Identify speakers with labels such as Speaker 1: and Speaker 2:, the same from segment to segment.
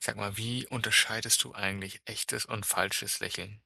Speaker 1: Sag mal, wie unterscheidest du eigentlich echtes und falsches Lächeln?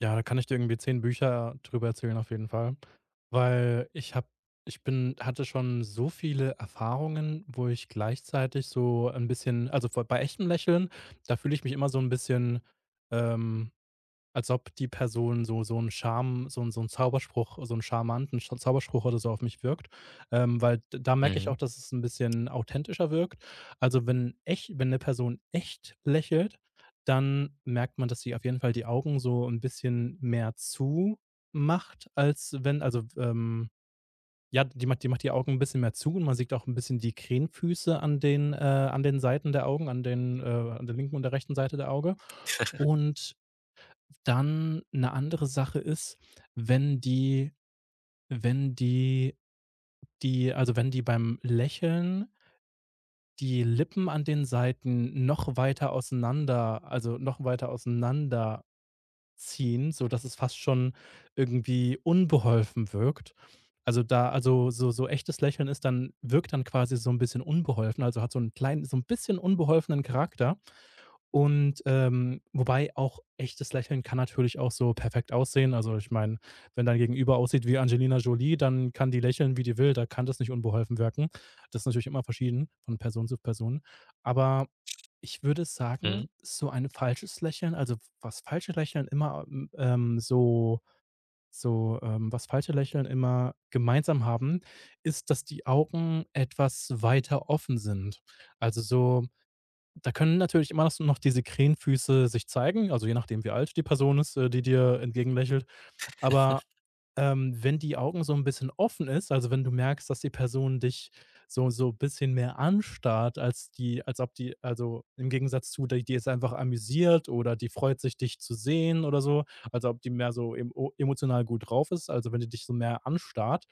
Speaker 2: Ja, da kann ich dir irgendwie 10 Bücher drüber erzählen, auf jeden Fall, weil ich habe ich bin hatte schon so viele Erfahrungen, wo ich gleichzeitig so ein bisschen, also, vor bei echtem Lächeln, da fühle ich mich immer so ein bisschen, ähm als ob die Person so 'n Zauberspruch so 'n charmanten Sch Zauberspruch oder so auf mich wirkt, weil d da merke ich
Speaker 1: Mhm,
Speaker 2: auch, dass es ein bisschen authentischer wirkt. Also, wenn eine Person echt lächelt, dann merkt man, dass sie auf jeden Fall die Augen so ein bisschen mehr zu macht als wenn also, ja, die macht die Augen ein bisschen mehr zu, und man sieht auch ein bisschen die Krähenfüße an den Seiten der Augen, an der linken und der rechten Seite der Auge. Und dann eine andere Sache ist, wenn die wenn die wenn die beim Lächeln die Lippen an den Seiten noch weiter auseinander ziehen, so dass es fast schon irgendwie unbeholfen wirkt. Also, so echtes Lächeln ist dann wirkt dann quasi so ein bisschen unbeholfen, also, hat so 'n kleinen, so ein bisschen unbeholfenen Charakter. Und, wobei auch echtes Lächeln kann natürlich auch so perfekt aussehen Also, ich meine, wenn dein Gegenüber aussieht wie Angelina Jolie, dann kann die lächeln, wie die will, da kann das nicht unbeholfen wirken. Das ist natürlich immer verschieden von Person zu Person. Aber ich würde
Speaker 1: mhm.
Speaker 2: sagen, so ein falsches Lächeln also, was falsche Lächeln immer, so so, was falsche Lächeln immer gemeinsam haben, ist, dass die Augen etwas weiter offen sind. Also, so da können natürlich immer noch diese Krähenfüße sich zeigen, also je nachdem, wie alt die Person ist, die dir entgegenlächelt. Aber, wenn die Augen so ein bisschen offen ist, also wenn du merkst, dass die Person dich so ein bisschen mehr anstarrt, als ob die, also im Gegensatz zu, die ist einfach amüsiert oder die freut sich, dich zu sehen oder so, als ob die mehr so emotional gut drauf ist. Also, wenn die dich so mehr anstarrt,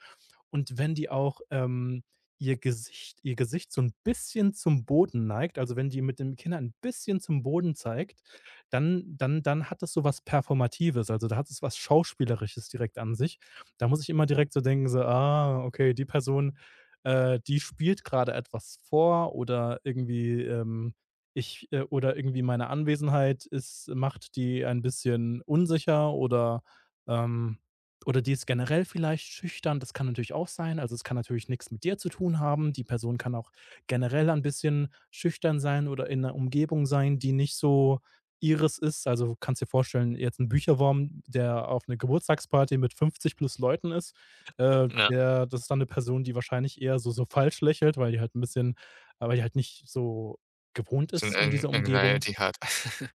Speaker 2: und wenn die auch, ihr Gesicht so ein bisschen zum Boden neigt, also, wenn die mit dem Kinn ein bisschen zum Boden zeigt, dann hat das so was Performatives, also, da hat es was Schauspielerisches direkt an sich. Da muss ich immer direkt so denken, so: „Ah, okay, die Person, die spielt gerade etwas vor", oder irgendwie, ich oder irgendwie meine Anwesenheit ist macht die ein bisschen unsicher, ähm oder die ist generell vielleicht schüchtern, das kann natürlich auch sein. Also, es kann natürlich nichts mit dir zu tun haben. Die Person kann auch generell ein bisschen schüchtern sein oder in einer Umgebung sein, die nicht so ihres ist. Also, kannst dir vorstellen, jetzt ein Bücherwurm, der auf eine Geburtstagsparty mit 50 plus Leuten ist,
Speaker 1: Ja.
Speaker 2: der das ist dann eine Person, die wahrscheinlich eher so falsch lächelt, weil die halt ein bisschen weil die halt nicht so gewohnt
Speaker 1: So 'n
Speaker 2: ist an
Speaker 1: An
Speaker 2: dieser Umgebung.
Speaker 1: Anxiety hat.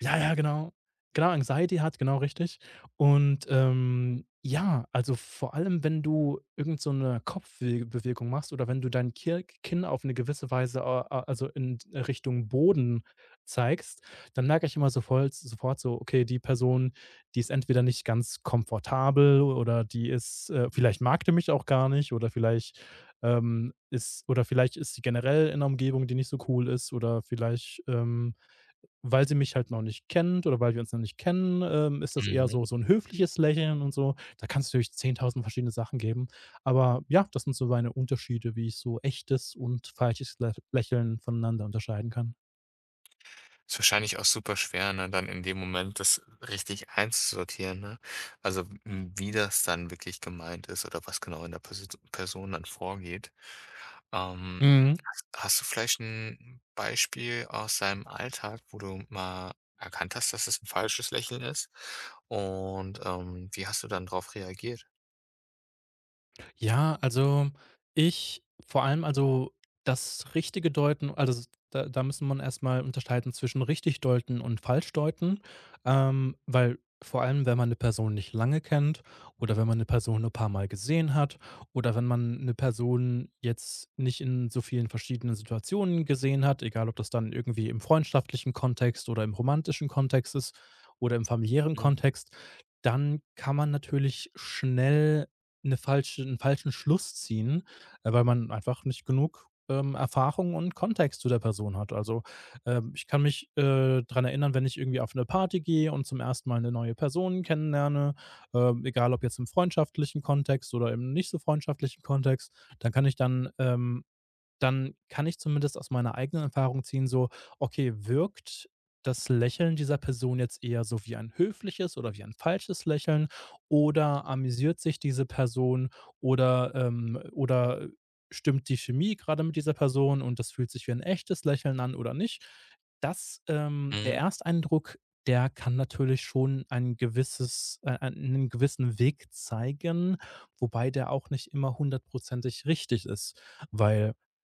Speaker 2: Ja, ja, genau. Genau, Anxiety hat, genau richtig. Und, ja, also vor allem, wenn du irgend so 'ne Kopfwe machst oder wenn du dein Kir Kinn auf eine gewisse Weise, a a also in Richtung Boden zeigst, dann merke ich immer so sofort so: Okay, die Person, die ist entweder nicht ganz komfortabel oder vielleicht mag die mich auch gar nicht, oder vielleicht, ist oder vielleicht ist sie generell in einer Umgebung, die nicht so cool ist, oder vielleicht, weil sie mich halt noch nicht kennt oder weil wir uns noch nicht kennen, ist das eher
Speaker 1: Mhm.
Speaker 2: so ein höfliches Lächeln und so. Da kann es natürlich 10.000 verschiedene Sachen geben. Aber ja, das sind so meine Unterschiede, wie ich so echtes und falsches Lä Lächeln voneinander unterscheiden kann.
Speaker 1: Ist wahrscheinlich auch super schwer, ne, dann in dem Moment das richtig einzusortieren, ne? Also, hm, wie das dann wirklich gemeint ist oder was genau in der Persi Person dann vorgeht. Ähm,
Speaker 2: Mhm.
Speaker 1: hast du vielleicht ein Beispiel aus deinem Alltag, wo du mal erkannt hast, dass es ein falsches Lächeln ist? Und, wie hast du dann darauf reagiert?
Speaker 2: Ja, also ich vor allem also das richtige Deuten, also s da müssen man erstmal unterscheiden zwischen richtig deuten und falsch deuten, weil vor allem, wenn man eine Person nicht lange kennt oder wenn man eine Person ein paar Mal gesehen hat oder wenn man eine Person jetzt nicht in so vielen verschiedenen Situationen gesehen hat, egal ob das dann irgendwie im freundschaftlichen Kontext oder im romantischen Kontext ist oder im familiären
Speaker 1: Mhm.
Speaker 2: Kontext, dann kann man natürlich schnell 'Ne falsche 'n falschen Schluss ziehen, weil man einfach nicht genug, Erfahrung und Kontext zu der Person hat. Also, ich kann mich, dran erinnern, wenn ich irgendwie auf eine Party gehe und zum ersten Mal eine neue Person kennenlerne, egal ob jetzt im freundschaftlichen Kontext oder im nicht so freundschaftlichen Kontext, dann kann ich dann, ähm dann kann ich zumindest aus meiner eigenen Erfahrung ziehen, so, okay, wirkt das Lächeln dieser Person jetzt eher so wie ein höfliches oder wie ein falsches Lächeln, oder amüsiert sich diese Person, oder stimmt die Chemie gerade mit dieser Person und das fühlt sich wie ein echtes Lächeln an, oder nicht? Der
Speaker 1: Mhm.
Speaker 2: Ersteindruck, der kann natürlich schon einen gewissen Weg zeigen, wobei der auch nicht immer hundertprozentig richtig ist, weil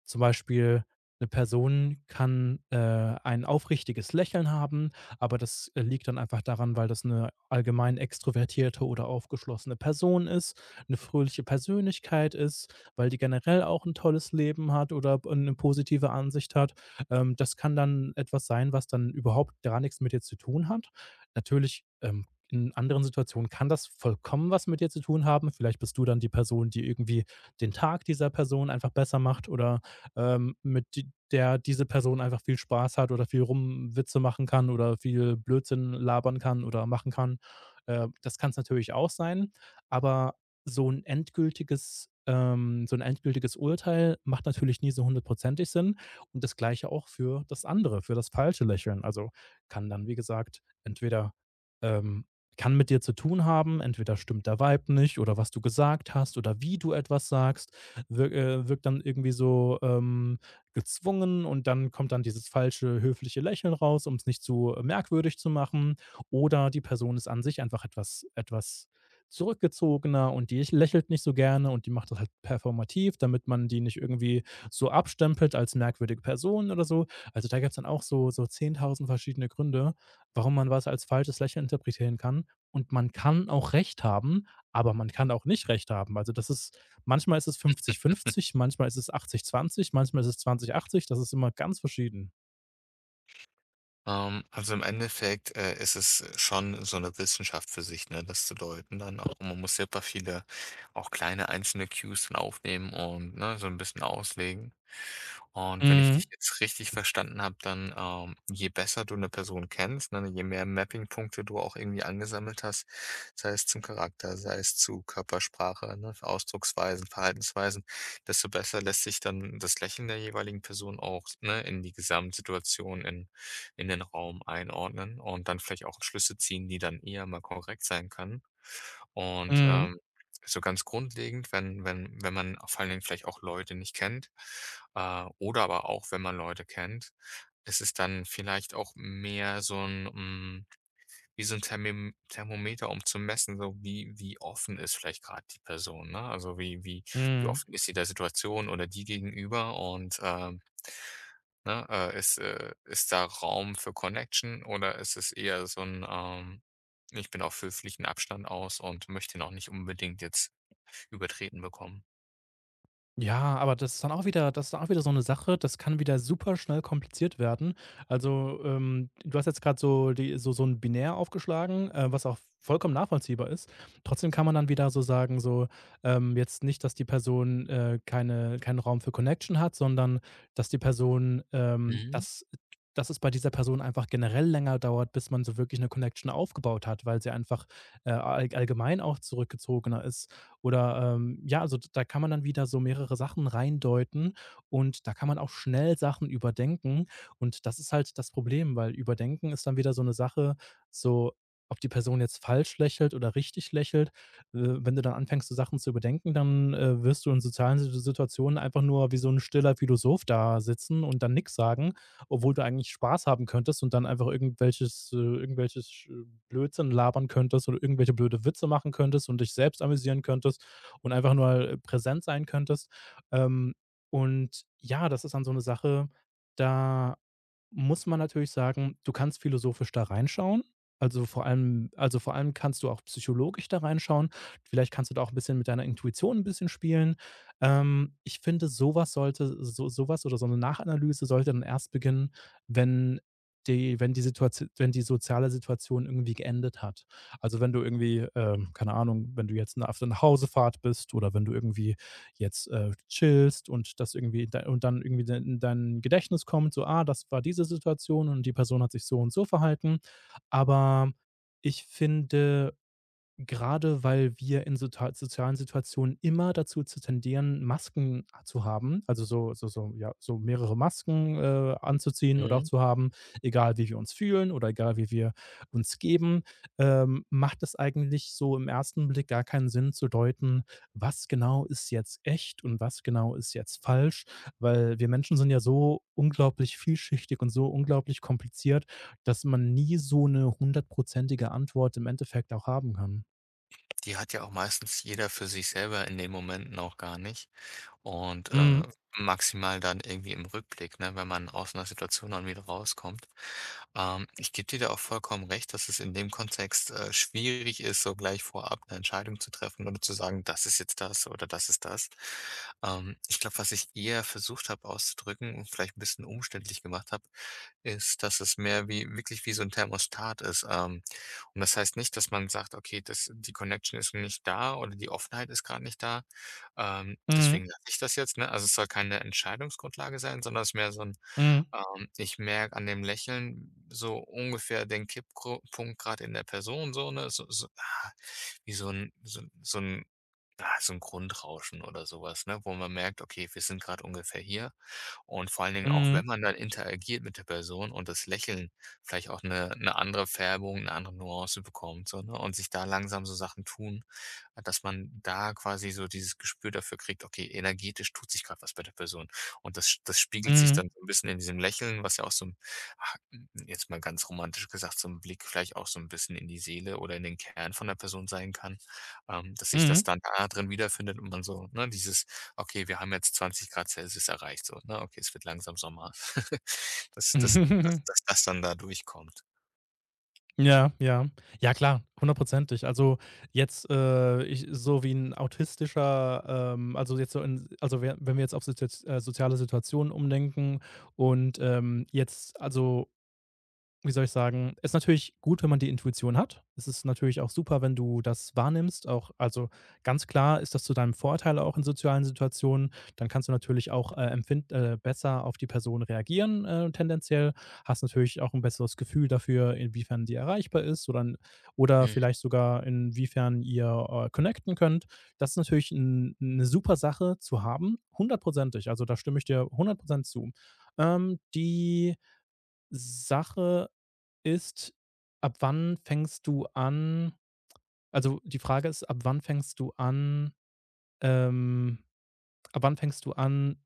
Speaker 2: zum Beispiel eine Person kann, ein aufrichtiges Lächeln haben aber das, liegt dann einfach daran, weil das eine allgemein extrovertierte oder aufgeschlossene Person ist, eine fröhliche Persönlichkeit ist, weil die generell auch ein tolles Leben hat oder b 'ne positive Ansicht hat. Das kann dann etwas sein, was dann überhaupt gar nichts mit dir zu tun hat. Natürlich, in anderen Situationen kann das vollkommen was mit dir zu tun haben. Vielleicht bist du dann die Person, die irgendwie den Tag dieser Person einfach besser macht oder, der diese Person einfach viel Spaß hat oder viel Rumwitze machen kann oder viel Blödsinn labern kann oder machen kann. Das kann es natürlich auch sein, aber so ein endgültiges Urteil macht natürlich nie so hundertprozentig Sinn, und das Gleiche auch für das andere, für das falsche Lächeln. Also, kann dann, wie gesagt, entweder, ähm kann mit dir zu tun haben, entweder stimmt der Vibe nicht, oder was du gesagt hast oder wie du etwas sagst wirkt dann irgendwie so, gezwungen, und dann kommt dann dieses falsche höfliche Lächeln raus, um es nicht zu merkwürdig zu machen. Oder die Person ist an sich einfach etwas zurückgezogener und die lächelt nicht so gerne und die macht das halt performativ, damit man die nicht irgendwie so abstempelt als merkwürdige Person oder so. Also, da gibt es dann auch so 10.000 verschiedene Gründe, warum man was als falsches Lächeln interpretieren kann. Und man kann auch recht haben, aber man kann auch nicht recht haben. Also, das ist manchmal ist es 50-50, manchmal ist es 80-20, manchmal ist es 20-80. Das ist immer ganz verschieden.
Speaker 1: Also im Endeffekt, ist es schon so eine Wissenschaft für sich, ne, das zu deuten dann auch. Man muss super viele auch kleine einzelne Cues dann aufnehmen und, ne, so ein bisschen auslegen. Und wenn ich dich
Speaker 2: Mhm.
Speaker 1: jetzt richtig verstanden habe, dann, je besser du eine Person kennst, ne, je mehr Mapping-Punkte du auch irgendwie angesammelt hast, sei es zum Charakter, sei es zu Körpersprache, ne, Ausdrucksweisen, Verhaltensweisen, desto besser lässt sich dann das Lächeln der jeweiligen Person auch, ne, in die Gesamtsituation, in den Raum einordnen und dann vielleicht auch Schlüsse ziehen, die dann eher mal korrekt sein können. Und,
Speaker 2: Mhm.
Speaker 1: so ganz grundlegend, wenn wenn man vor allen Dingen vielleicht auch Leute nicht kennt, oder aber auch, wenn man Leute kennt, ist es dann vielleicht auch mehr so ein wie so 'n Thermim Thermometer, um zu messen, so wie wie offen ist vielleicht grad die Person, ne? Also, wie wie
Speaker 2: Mhm.
Speaker 1: offen ist sie der Situation oder die gegenüber und, ne, ist, ist da Raum für Connection oder ist es eher so 'n, „Ich bin auf höflichen Abstand aus und möchte ihn auch nicht unbedingt jetzt übertreten bekommen.“
Speaker 2: Ja, aber das ist dann auch wieder so eine Sache, das kann wieder super schnell kompliziert werden. Also, du hast jetzt gerade so ein Binär aufgeschlagen, was auch vollkommen nachvollziehbar ist. Trotzdem kann man dann wieder so sagen, so, jetzt nicht, dass die Person, keinen Raum für Connection hat, sondern dass die Person, ähm,
Speaker 1: Mhm,
Speaker 2: dass dass es bei dieser Person einfach generell länger dauert, bis man so wirklich eine Connection aufgebaut hat, weil sie einfach, allgemein auch zurückgezogener ist. Oder, ja, also da kann man dann wieder so mehrere Sachen reindeuten, und da kann man auch schnell Sachen überdenken. Und das ist halt das Problem, weil Überdenken ist dann wieder so eine Sache, so, ob die Person jetzt falsch lächelt oder richtig lächelt. Wenn du dann anfängst, so Sachen zu überdenken, dann, wirst du in sozialen Situationen einfach nur wie so ein stiller Philosoph da sitzen und dann nichts sagen, obwohl du eigentlich Spaß haben könntest und dann einfach irgendwelches Blödsinn labern könntest oder irgendwelche blöde Witze machen könntest und dich selbst amüsieren könntest und einfach nur präsent sein könntest. Ähm, und ja, das ist dann so eine Sache, da muss man natürlich sagen, du kannst philosophisch da reinschauen. Also, vor allem kannst du auch psychologisch da reinschauen. Vielleicht kannst du da auch ein bisschen mit deiner Intuition ein bisschen spielen. Ich finde, sowas sollte so eine Nachanalyse sollte dann erst beginnen, wenn die wenn die Situatio wenn die soziale Situation irgendwie geendet hat. Also, wenn du irgendwie, keine Ahnung, wenn du jetzt 'ne auf der Nachhausefahrt bist oder wenn du irgendwie jetzt, chillst und das irgendwie dei und dann irgendwie de in dein Gedächtnis kommt, so: „Ah, das war diese Situation und die Person hat sich so und so verhalten.“ Aber ich finde, gerade weil wir in sozialen Situationen immer dazu zu tendieren, Masken zu haben, also ja, so mehrere Masken, anzuziehen oder auch
Speaker 1: mhm.
Speaker 2: zu haben, egal wie wir uns fühlen oder egal wie wir uns geben, macht es eigentlich so im ersten Blick gar keinen Sinn zu deuten, was genau ist jetzt echt und was genau ist jetzt falsch, weil wir Menschen sind ja so unglaublich vielschichtig und so unglaublich kompliziert, dass man nie so eine hundertprozentige Antwort im Endeffekt auch haben kann.
Speaker 1: Die hat ja auch meistens jeder für sich selber in den Momenten auch gar nicht. Und,
Speaker 2: Mhm.
Speaker 1: maximal dann irgendwie im Rückblick, ne, wenn man aus einer Situation dann wieder rauskommt. Ich gebe dir da auch vollkommen recht, dass es in dem Kontext, schwierig ist, so gleich vorab eine Entscheidung zu treffen oder zu sagen: „Das ist jetzt das oder das ist das.“ Ich glaube, was ich eher versucht habe auszudrücken und vielleicht ein bisschen umständlich gemacht habe ist, dass es mehr wie wirklich wie so 'n Thermostat ist. Und das heißt nicht, dass man sagt: „Okay, das die Connection ist nicht da oder die Offenheit ist grad nicht da. Deswegen
Speaker 2: Mhm.
Speaker 1: lasse ich das jetzt“, ne? Also, es soll keine Entscheidungsgrundlage sein, sondern es ist mehr so 'n
Speaker 2: Mhm.
Speaker 1: ich merke an dem Lächeln so ungefähr den Kipppunkt gerade in der Person so, ne? So so, ah, wie so ein so 'n so ein ah, so 'n Grundrauschen oder sowas, ne, wo man merkt: „Okay, wir sind gerade ungefähr hier.“ Und vor allen Dingen auch,
Speaker 2: Mhm.
Speaker 1: wenn man dann interagiert mit der Person und das Lächeln vielleicht auch eine 'ne andere Färbung, eine andere Nuance bekommt so, ne, und sich da langsam so Sachen tun. Ja. Dass man da quasi so dieses Gespür dafür kriegt, okay, energetisch tut sich gerade was bei der Person. Und das spiegelt sich
Speaker 2: Mhm.
Speaker 1: dann so ein bisschen in diesem Lächeln, was ja auch so 'n ah, jetzt mal ganz romantisch gesagt, so ein Blick vielleicht auch so ein bisschen in die Seele oder in den Kern von der Person sein kann, dass sich das
Speaker 2: Mhm.
Speaker 1: dann da drin wiederfindet und man so, ne, dieses: „Okay, wir haben jetzt 20 Grad Celsius erreicht“, so, ne? Okay, es wird langsam Sommer. Dass das dann da durchkommt.
Speaker 2: Ja, ja. Ja klar, hundertprozentig. Also, jetzt, ich so wie ein autistischer, also, jetzt so in also, we wenn wir jetzt auf soziaz soziale Situationen umdenken und, jetzt also, wie soll ich sagen, ist natürlich gut, wenn man die Intuition hat. Es ist natürlich auch super, wenn du das wahrnimmst. Auch, also ganz klar ist das zu deinem Vorteil auch in sozialen Situationen. Dann kannst du natürlich auch besser auf die Person reagieren, tendenziell. Hast natürlich auch ein besseres Gefühl dafür, inwiefern die erreichbar ist, oder
Speaker 1: Mhm,
Speaker 2: vielleicht sogar inwiefern ihr connecten könnt. Das ist natürlich eine super Sache zu haben, hundertprozentig. Also, da stimme ich dir hundertprozentig zu. Die Sache ist, ab wann fängst du an also, die Frage ist, ab wann fängst du an, ähm ab wann fängst du an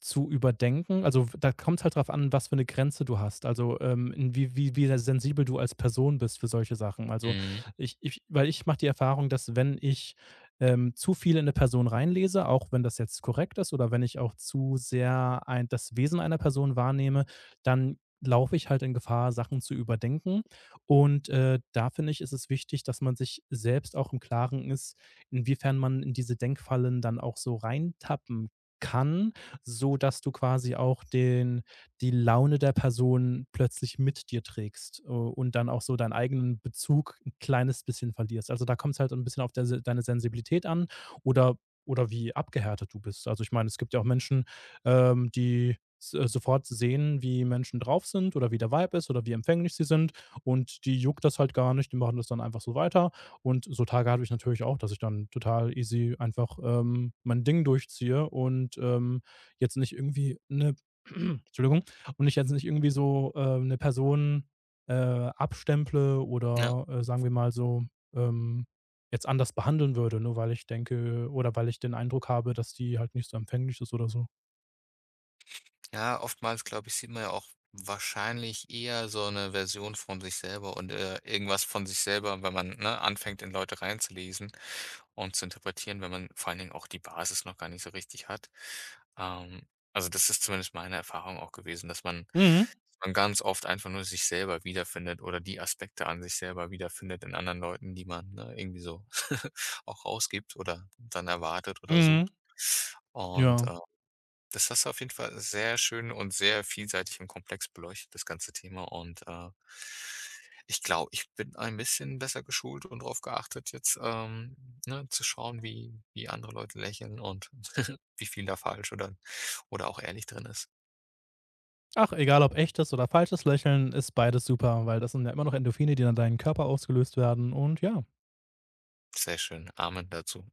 Speaker 2: zu überdenken? Also, w da kommt es halt drauf an, was für eine Grenze du hast. Also, in wie sehr sensibel du als Person bist für solche Sachen. Also,
Speaker 1: mhm.
Speaker 2: ich mache die Erfahrung, dass wenn ich, zu viel in eine Person reinlese, auch wenn das jetzt korrekt ist oder wenn ich auch zu sehr ein das Wesen einer Person wahrnehme, dann laufe ich halt in Gefahr, Sachen zu überdenken. Und, da finde ich, ist es wichtig, dass man sich selbst auch im Klaren ist, inwiefern man in diese Denkfallen dann auch so reintappen kann, so dass du quasi auch den die Laune der Person plötzlich mit dir trägst, und dann auch so deinen eigenen Bezug ein kleines bisschen verlierst. Also, da kommt es halt so ein bisschen auf der Se deine Sensibilität an, oder oder wie abgehärtet du bist. Also, ich meine, es gibt ja auch Menschen, die s sofort sehen, wie Menschen drauf sind oder wie der Vibe ist oder wie empfänglich sie sind, und die juckt das halt gar nicht, die machen das dann einfach so weiter. Und so Tage hatte ich natürlich auch, dass ich dann total easy einfach, mein Ding durchziehe und, jetzt nicht irgendwie 'ne Entschuldigung, und ich jetzt nicht irgendwie so, 'ne Person, abstemple
Speaker 1: Ja.
Speaker 2: oder, sagen wir mal so, ähm, jetzt anders behandeln würde, nur weil ich denke oder weil ich den Eindruck habe, dass die halt nicht so empfänglich ist oder so.
Speaker 1: Ja, oftmals, glaube ich, sieht man ja auch wahrscheinlich eher so eine Version von sich selber und, irgendwas von sich selber, wenn man, ne, anfängt, in Leute reinzulesen und zu interpretieren, wenn man vor allen Dingen auch die Basis noch gar nicht so richtig hat. Ähm, also, das ist zumindest meine Erfahrung auch gewesen, dass man
Speaker 2: Mhm,
Speaker 1: dass man ganz oft einfach nur sich selber wiederfindet oder die Aspekte an sich selber wiederfindet in anderen Leuten, die man, ne, irgendwie so auch rausgibt oder dann erwartet oder
Speaker 2: mhm,
Speaker 1: sucht. Und,
Speaker 2: ja.
Speaker 1: das hast du auf jeden Fall sehr schön und sehr vielseitig und komplex beleuchtet, das ganze Thema. Und ich glaube, ich bin ein bisschen besser geschult und darauf geachtet, jetzt, ne, zu schauen, wie, wie andere Leute lächeln und wie viel da falsch oder auch ehrlich drin ist.
Speaker 2: Ach, egal ob echtes oder falsches Lächeln, ist beides super, weil das sind ja immer noch Endorphine, die dann deinen Körper ausgelöst werden und ja.
Speaker 1: Sehr schön. Amen dazu.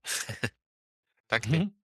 Speaker 1: Danke dir.